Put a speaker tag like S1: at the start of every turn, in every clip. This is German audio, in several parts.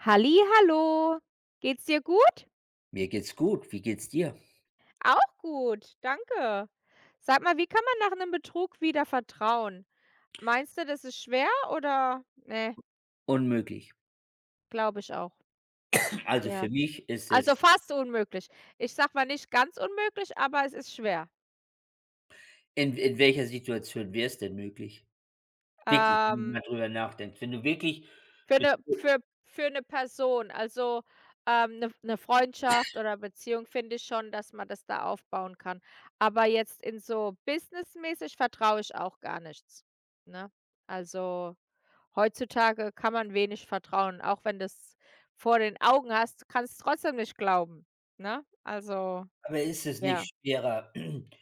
S1: Halli, hallo. Geht's dir gut?
S2: Mir geht's gut. Wie geht's dir?
S1: Auch gut, danke. Sag mal, wie kann man nach einem Betrug wieder vertrauen? Meinst du, das ist schwer oder ne,
S2: Unmöglich.
S1: glaube ich auch.
S2: Also, für
S1: Ja.
S2: mich ist es
S1: Also, fast unmöglich. Ich sage mal nicht ganz unmöglich, aber es ist schwer.
S2: in welcher Situation wäre es denn möglich? Wirklich, wenn du mal
S1: Ähm
S2: drüber nachdenkst. Wenn du wirklich
S1: Für 'ne
S2: Beziehung-
S1: für für 'ne Person, also, 'ne Freundschaft oder Beziehung finde ich schon, dass man das da aufbauen kann. Aber jetzt in so businessmäßig vertraue ich auch gar nichts, ne? Also, heutzutage kann man wenig vertrauen, auch wenn du's vor den Augen hast, kannst trotzdem nicht glauben, ne? Also,
S2: aber ist es
S1: ja.
S2: nicht schwerer,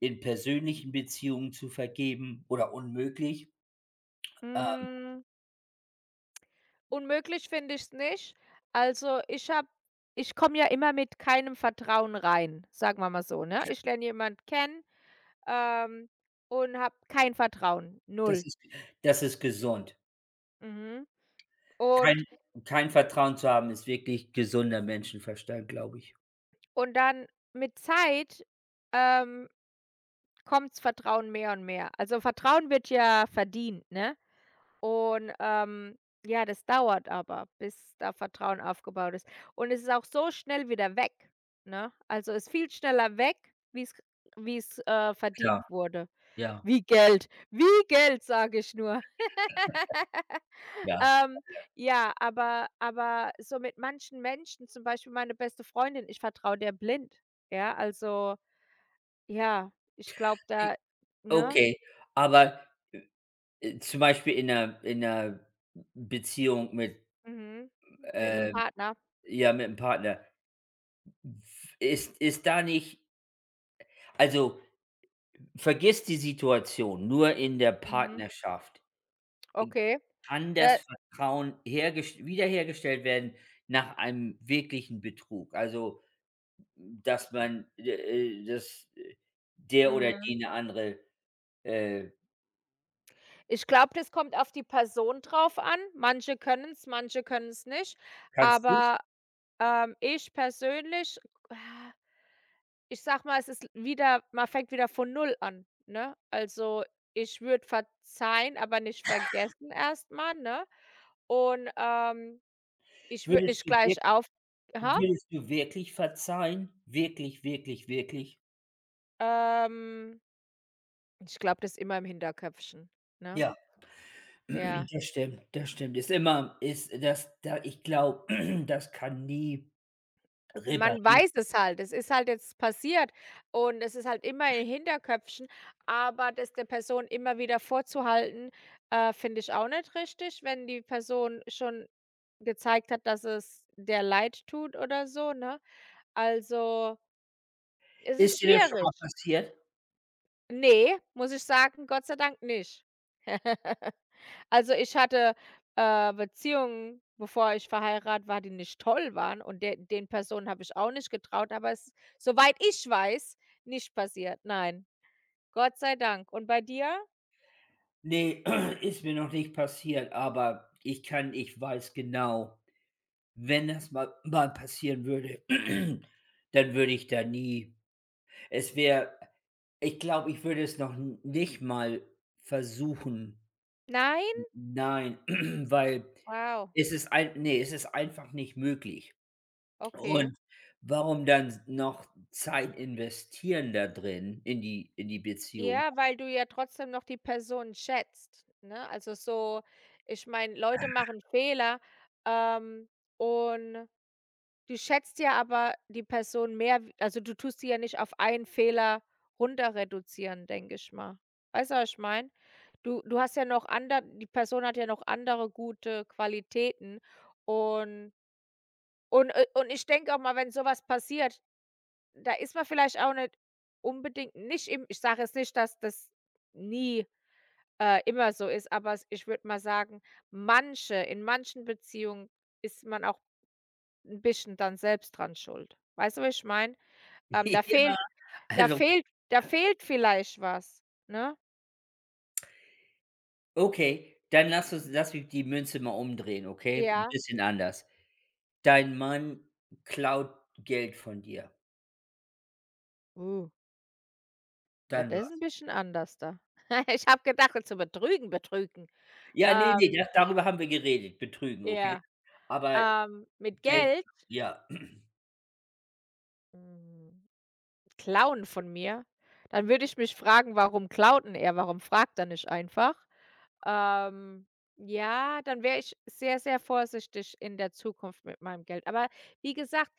S2: in persönlichen Beziehungen zu vergeben oder unmöglich? Ähm,
S1: Hm. Unmöglich finde ich es nicht. Also, ich komme ja immer mit keinem Vertrauen rein, sagen wir mal so, ne? Ich lerne jemanden kennen, ähm, und habe kein Vertrauen,
S2: das
S1: null.
S2: ist das ist gesund.
S1: Mhm.
S2: Kein
S1: Und
S2: kein Vertrauen zu haben, ist wirklich gesunder Menschenverstand, glaube ich.
S1: und dann mit Zeit, ähm, kommt's Vertrauen mehr und mehr. Also, Vertrauen wird ja verdient, ne? Und, ja, das dauert aber, bis da Vertrauen aufgebaut ist. Und es ist auch so schnell wieder weg, ne? Also, ist viel schneller weg, wie's
S2: Klar,
S1: verdient wurde.
S2: ja,
S1: Wie Geld. Wie Geld, sage ich nur.
S2: ja.
S1: Ähm, ja, aber so mit manchen Menschen, zum Beispiel meine beste Freundin, ich vertraue der blind. Ja, also, ja, ich glaube
S2: I
S1: da ne?
S2: okay, aber, zum Beispiel in einer Beziehung mit
S1: Mhm. Mit einem
S2: Ähm,
S1: Partner.
S2: ja, mit 'm Partner. Ist da nicht also, vergiss die Situation, nur in der
S1: Mhm.
S2: Partnerschaft
S1: Okay.
S2: kann das
S1: Da
S2: Vertrauen hergest wiederhergestellt werden nach einem wirklichen Betrug. Also, dass man, dass, der oder
S1: Mhm.
S2: die eine andere, äh
S1: Ich glaube, das kommt auf die Person drauf an. Manche können es nicht.
S2: kannst du
S1: Aber, ich persönlich, ah, ich sag mal, es ist wieder man fängt wieder von null an, ne? Also, ich würde verzeihen, aber nicht vergessen erst mal, ne? Und, ich würde
S2: Würdest
S1: nicht
S2: du wirk
S1: gleich auf ha?
S2: würdest du wirklich verzeihen? Wirklich, wirklich, wirklich?
S1: Ähm, ich glaube, das ist immer im Hinterköpfchen, ne?
S2: Ja.
S1: Ja.
S2: Das stimmt, das stimmt. Ist immer ist das da ich glaube, das kann nie
S1: Man
S2: repariert
S1: weiß es halt. Es ist halt jetzt passiert und es ist halt immer in Hinterköpfchen, aber das der Person immer wieder vorzuhalten, finde ich auch nicht richtig, wenn die Person schon gezeigt hat, dass es der leid tut oder so, ne? Also, es ist
S2: Ist dir das schon mal
S1: schwierig.
S2: passiert?
S1: Ne, muss ich sagen, Gott sei Dank nicht. Also, ich hatte, Beziehungen, bevor ich verheiratet war, die nicht toll waren und de den Personen habe ich auch nicht getraut, aber es ist, soweit ich weiß, nicht passiert. Nein, Gott sei Dank. Und bei dir?
S2: Ne, ist mir noch nicht passiert, aber ich kann ich weiß genau, wenn das mal passieren würde, dann würde ich da nie es wäre ich glaube, ich würde es noch n nicht mal versuchen.
S1: Nein?
S2: Nein, weil
S1: Wow,
S2: es ist ein ne, es ist einfach nicht möglich.
S1: okay.
S2: Und warum dann noch Zeit investieren da drin in die Beziehung?
S1: Ja, weil du ja trotzdem noch die Person schätzt, ne? Also, so ich meine, Leute machen Fehler, ähm, und du schätzt ja aber die Person mehr w also, du tust sie ja nicht auf einen Fehler runter reduzieren, denke ich mal. Weißt du, was ich meine? Du hast ja noch andere, die Person hat ja noch andere gute Qualitäten und und ich denke auch mal, wenn so was passiert, da ist man vielleicht auch nicht unbedingt nicht im ich sage jetzt nicht, dass das nie, immer so ist, aber s ich würde mal sagen, manche in manchen Beziehungen ist man auch ein bisschen dann selbst dran schuld. Weißt du, was ich meine? Ähm, da
S2: Ja,
S1: fehlt da
S2: also,
S1: fehlt da fehlt vielleicht was, ne?
S2: okay, dann lass uns lass mich die Münze mal umdrehen, okay? 'N
S1: Ja.
S2: bisschen anders. Dein Mann klaut Geld von dir,
S1: Uh, ja,
S2: dann
S1: das ist ein
S2: was?
S1: bisschen anders da. Ich habe gedacht, zu betrügen, betrügen.
S2: Ja, nee, nee,
S1: Ähm,
S2: das darüber haben wir geredet, betrügen, okay?
S1: ja,
S2: Aber
S1: ähm, mit
S2: Geld
S1: Geld,
S2: ja.
S1: hm, klauen von mir, dann würde ich mich fragen: „Warum klaut denn er? Warum fragt er nicht einfach?" Ähm, ja, dann wäre ich sehr, sehr vorsichtig in der Zukunft mit meinem Geld. Aber wie gesagt,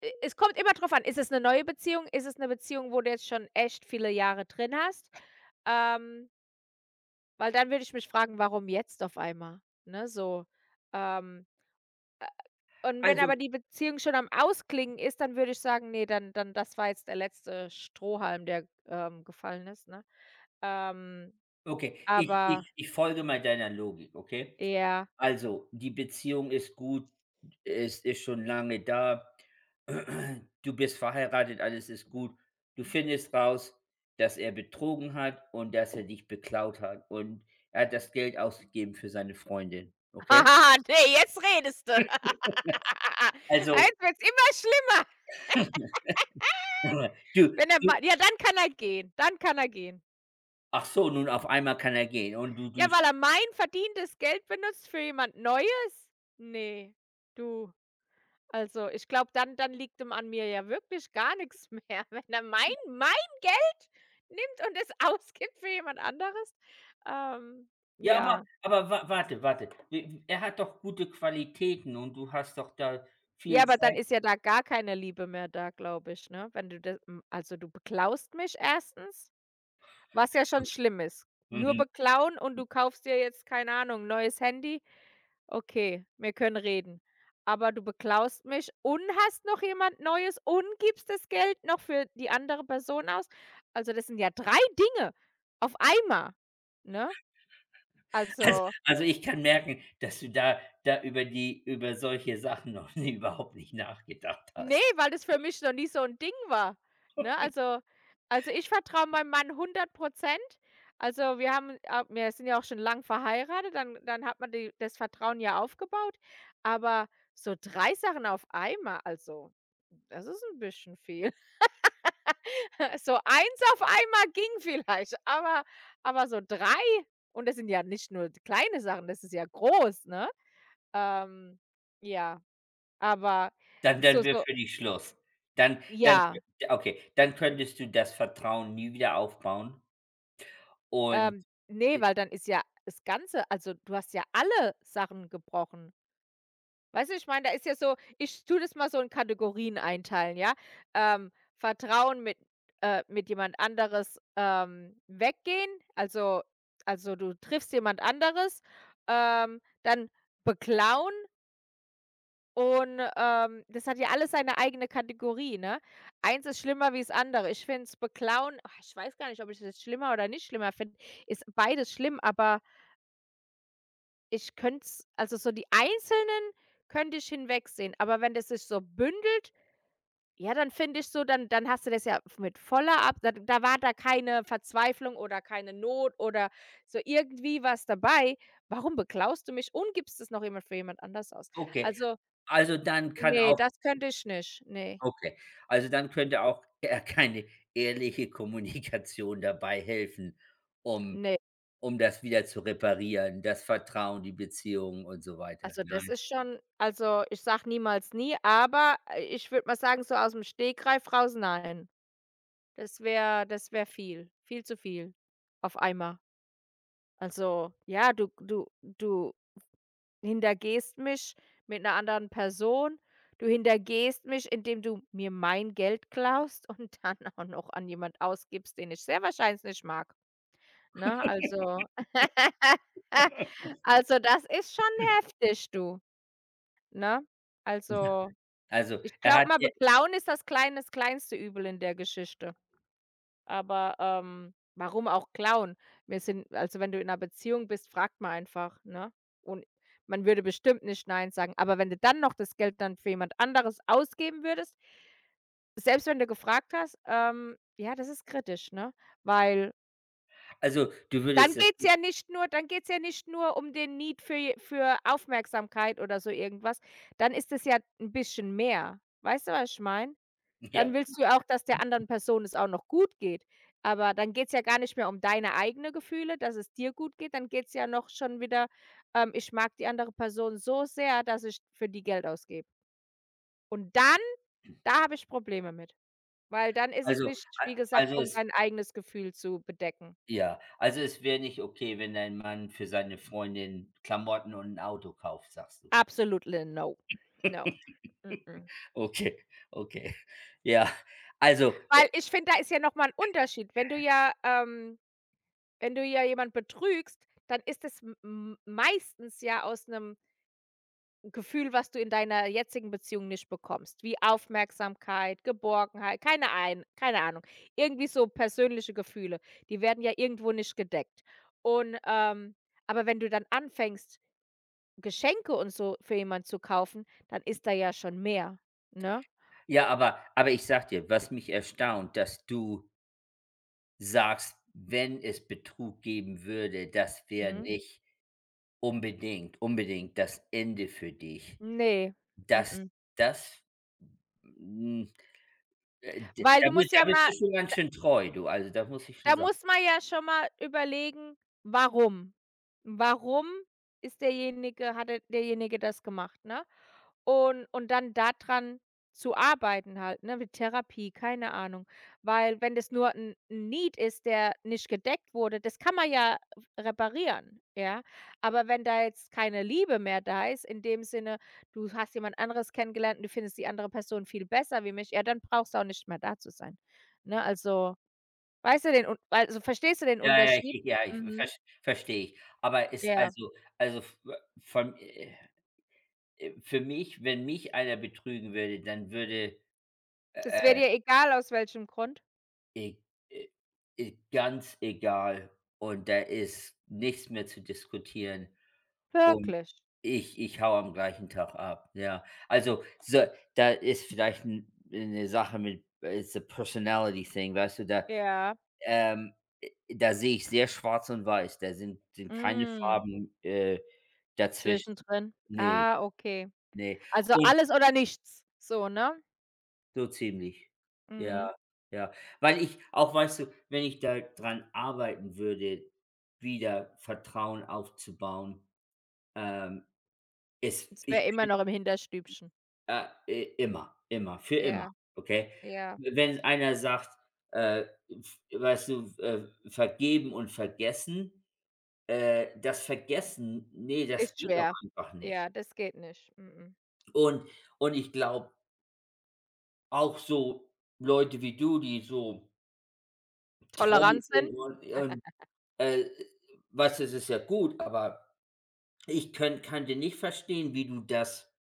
S1: Es kommt immer drauf an, ist es eine neue Beziehung? Ist es eine Beziehung, wo du jetzt schon echt viele Jahre drin hast? Ähm, weil dann würde ich mich fragen: „Warum jetzt auf einmal?" Ne, so. Ähm, und wenn
S2: Also,
S1: aber die Beziehung schon am Ausklingen ist, dann würde ich sagen: nee, dann das war jetzt der letzte Strohhalm, der, gefallen ist", ne? Ähm,
S2: okay, ich
S1: aber
S2: ich ich folge mal deiner Logik, okay?
S1: ja.
S2: Also, die Beziehung ist gut, es ist schon lange da. Du bist verheiratet, alles ist gut. Du findest raus, dass er betrogen hat und dass er dich beklaut hat und er hat das Geld ausgegeben für seine Freundin, okay?
S1: Ne, jetzt redest du.
S2: Also,
S1: Jetzt wird's immer schlimmer,
S2: du
S1: wenn er
S2: du
S1: mal ja, dann kann er gehen. Dann kann er gehen.
S2: ach so, nun auf einmal kann er gehen und du
S1: Ja,
S2: du
S1: weil er mein verdientes Geld benutzt für jemand Neues? Ne, du. Also, ich glaube, dann liegt ihm an mir ja wirklich gar nichts mehr, wenn er mein Geld nimmt und es ausgibt für jemand anderes. Ähm,
S2: ja,
S1: ja.
S2: aber wa warte, warte. W er hat doch gute Qualitäten und du hast doch da
S1: Ja,
S2: viel
S1: aber dann
S2: Zeit
S1: ist ja da gar keine Liebe mehr da, glaube ich, ne? Wenn du das also, du beklaust mich erstens, was ja schon schlimm ist. Nur beklauen und du kaufst dir jetzt, keine Ahnung, neues Handy. Okay, wir können reden. Aber du beklaust mich und hast noch jemand Neues und gibst das Geld noch für die andere Person aus. Also, das sind ja 3 Dinge auf einmal, ne? Also,
S2: Also, ich kann merken, dass du da über die über solche Sachen noch nie überhaupt nicht nachgedacht
S1: ne,
S2: hast.
S1: weil das für mich noch nie so 'n Ding war, ne? Also, ich vertraue meinem Mann 100%. Also, wir haben a wir sind ja auch schon lang verheiratet, dann hat man die das Vertrauen ja aufgebaut. Aber so 3 Sachen auf einmal, also, das ist 'n bisschen viel. So eins auf einmal ging vielleicht, aber so 3 und das sind ja nicht nur d kleine Sachen, das ist ja groß, ne? Ähm, ja, aber
S2: Dann
S1: so
S2: dann wäre
S1: so
S2: für dich Schluss. Dann dann
S1: ja,
S2: okay, dann könntest du das Vertrauen nie wieder aufbauen und
S1: ne,
S2: äh,
S1: weil dann ist ja das Ganze also, du hast ja alle Sachen gebrochen. Weißt du, ich meine, da ist ja so ich tue das mal so in Kategorien einteilen, ja? Ähm, Vertrauen mit jemand anderes, weggehen, also also du triffst jemand anderes, dann beklauen und, das hat ja alles seine eigene Kategorie, ne? Eins ist schlimmer wie das andere. Ich finde es beklauen ach, ich weiß gar nicht, ob ich das schlimmer oder nicht schlimmer finde. Ist beides schlimm, aber ich könnte es also, so die einzelnen könnte ich hinwegsehen, aber wenn das sich so bündelt, ja, dann finde ich so, dann hast du das ja mit voller Ab da war da keine Verzweiflung oder keine Not oder so irgendwie was dabei. Warum beklaust du mich und gibst es noch jemand für jemand anders aus?
S2: okay,
S1: Also,
S2: also, dann kann
S1: nee,
S2: auch
S1: das könnte ich nicht. Nee,
S2: okay, also, dann könnte auch ja keine ehrliche Kommunikation dabei helfen, um
S1: nee.
S2: um das wieder zu reparieren, das Vertrauen, die Beziehung und so weiter,
S1: Also, das
S2: nein?
S1: ist schon also, ich sag niemals nie, aber, ich würde mal sagen, so aus dem Stegreif raus, nein. Das wäre viel, viel zu viel auf einmal. Also, ja, du hintergehst mich mit einer anderen Person. Du hintergehst mich, indem du mir mein Geld klaust und dann auch noch an jemand ausgibst, den ich sehr wahrscheinlich nicht mag, ne? Also also, das ist schon heftig, du, ne? Also,
S2: Also,
S1: ich
S2: er
S1: glaube
S2: hat
S1: mal,
S2: dir
S1: beklauen ist das kleine, das kleinste Übel in der Geschichte. Aber, warum auch klauen? Wir sind also, wenn du in einer Beziehung bist, fragt man einfach, ne? Und man würde bestimmt nicht nein sagen. Aber wenn du dann noch das Geld dann für jemand anderes ausgeben würdest, selbst wenn du gefragt hast, ja, das ist kritisch, ne? Weil
S2: also, du
S1: dann
S2: würdest
S1: geht's
S2: es
S1: ja nicht nur dann geht's ja nicht nur um den Need für Aufmerksamkeit oder so irgendwas. Dann ist es ja ein bisschen mehr. Weißt du, was ich meine?
S2: ja.
S1: Dann willst du auch, dass der anderen Person es auch noch gut geht. Aber dann geht's ja gar nicht mehr um deine eigenen Gefühle, dass es dir gut geht. Dann geht's ja noch schon wieder: „Ich mag die andere Person so sehr, dass ich für die Geld ausgebe." Und dann da habe ich Probleme mit, weil dann ist es
S2: Also
S1: nicht,
S2: al
S1: wie gesagt,
S2: also
S1: um
S2: es
S1: dein eigenes Gefühl zu bedecken.
S2: ja, also es wäre nicht okay, wenn dein Mann für seine Freundin Klamotten und ein Auto kauft, sagst du?
S1: Absolutely no. No. Mm-mm.
S2: Okay, okay. Ja, also,
S1: Weil ich finde, da ist ja noch mal 'n Unterschied. Wenn du ja jemand betrügst, dann ist es m m meistens ja aus einem Gefühl, was du in deiner jetzigen Beziehung nicht bekommst, wie Aufmerksamkeit, Geborgenheit, keine ein keine Ahnung. Irgendwie so persönliche Gefühle, die werden ja irgendwo nicht gedeckt. Und, aber wenn du dann anfängst, Geschenke und so für jemanden zu kaufen, dann ist da ja schon mehr, ne?
S2: ja, aber ich sag dir, was mich erstaunt, dass du sagst, wenn es Betrug geben würde, das wäre
S1: Mhm.
S2: nicht unbedingt das Ende für dich.
S1: Ne,
S2: Das
S1: mm-mm.
S2: das hm, d
S1: Weil du musst ja
S2: da bist
S1: mal.
S2: du schon ganz schön treu, du. Also, das muss ich schon
S1: Da
S2: sagen.
S1: muss man ja schon mal überlegen, warum? Warum ist derjenige hat derjenige das gemacht, ne? Und dann daran zu arbeiten halt, ne, mit Therapie, keine Ahnung. Weil wenn das nur ein 'n Need ist, der nicht gedeckt wurde, das kann man ja reparieren, ja? Aber wenn da jetzt keine Liebe mehr da ist, in dem Sinne, du hast jemand anderes kennengelernt und du findest die andere Person viel besser wie mich, ja, dann brauchst du auch nicht mehr da zu sein, ne? Also, weißt du verstehst du den
S2: Ja,
S1: Unterschied?
S2: ja, ich
S1: Mhm.
S2: verstehe ich. Aber ist
S1: Ja.
S2: also v von für mich wenn mich einer betrügen würde, dann würde,
S1: Das wäre
S2: äh,
S1: dir egal aus welchem Grund?
S2: e e e ganz egal und da ist nichts mehr zu diskutieren und
S1: Wirklich?
S2: ich hau am gleichen Tag ab, ja. Also, so da ist vielleicht 'n 'ne Sache mit it's a personality thing, weißt du, da
S1: Ja.
S2: Ähm, da sehe ich sehr schwarz und weiß. Da sind sind keine
S1: Hm,
S2: Farben, dazwischen.
S1: zwischendrin.
S2: Ne,
S1: Ah, okay.
S2: ne.
S1: Also,
S2: Und
S1: alles oder nichts, so, ne?
S2: so ziemlich.
S1: Mhm.
S2: Ja, ja. Weil ich auch weißt du, wenn ich da dran arbeiten würde, wieder Vertrauen aufzubauen, ähm, es
S1: Das wär
S2: ich
S1: immer noch im Hinterstübchen.
S2: immer, immer, für immer,
S1: Ja,
S2: okay?
S1: ja.
S2: Wenn einer sagt, äh, f weißt du, „Vergeben und vergessen“. Das Vergessen, nee, das
S1: Ist
S2: geht doch
S1: schwer.
S2: einfach nicht.
S1: Ja, das geht nicht. Mm-mm.
S2: Und und ich glaube, auch so Leute wie du, die so treu
S1: Toleranz hin?
S2: sind und, äh, weißt es ist ja gut, aber ich könnt kann dir nicht verstehen, wie du das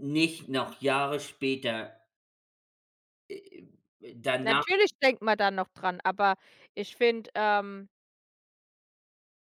S2: nicht noch Jahre später, äh, danach
S1: Natürlich denkt man da noch dran, aber ich finde.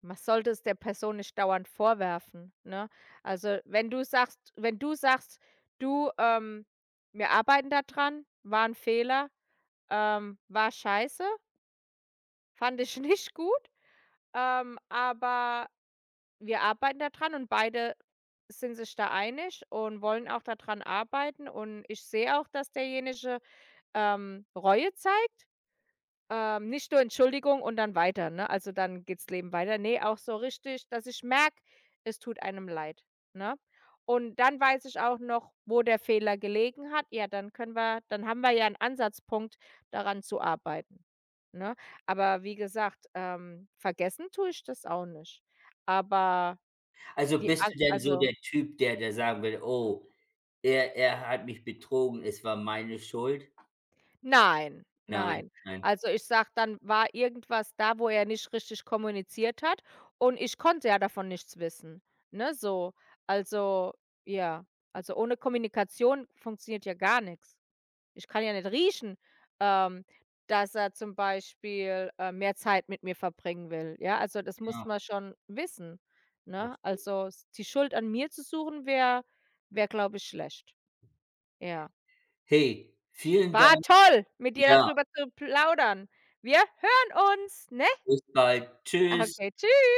S1: Man sollte es der Person nicht dauernd vorwerfen, ne? Also, wenn du sagst, wenn du sagst: „Du, wir arbeiten da dran, war ein Fehler, war scheiße, fand ich nicht gut, aber wir arbeiten da dran und beide sind sich da einig und wollen auch daran arbeiten und ich sehe auch, dass derjenige, Reue zeigt." Nicht nur Entschuldigung und dann weiter, ne? Also, dann geht's Leben weiter. Nee, auch so richtig, dass ich merke, es tut einem leid, ne? Und dann weiß ich auch noch, wo der Fehler gelegen hat. Ja, dann haben wir ja einen Ansatzpunkt, daran zu arbeiten, ne? Aber wie gesagt, vergessen tue ich das auch nicht. Aber
S2: also,
S1: die
S2: bist
S1: an
S2: du denn so
S1: also
S2: der Typ, der sagen will: „Oh, er hat mich betrogen, es war meine Schuld?“
S1: nein,
S2: Nein,
S1: nein.
S2: nein.
S1: Also, ich sage, dann war irgendwas da, wo er nicht richtig kommuniziert hat und ich konnte ja davon nichts wissen, ne, so. Also, ja, also, ohne Kommunikation funktioniert ja gar nichts. Ich kann ja nicht riechen, ähm, dass er zum Beispiel, mehr Zeit mit mir verbringen will, ja? Also, das muss
S2: Ja,
S1: man schon wissen, ne? Also, s die Schuld an mir zu suchen, wäre, glaube ich, schlecht, ja.
S2: hey, vielen
S1: War
S2: Dank.
S1: toll, mit dir da
S2: Ja.
S1: drüber zu plaudern. Wir hören uns, ne?
S2: Bis bald.
S1: Ah,
S2: Tschüss.
S1: okay, tschüss.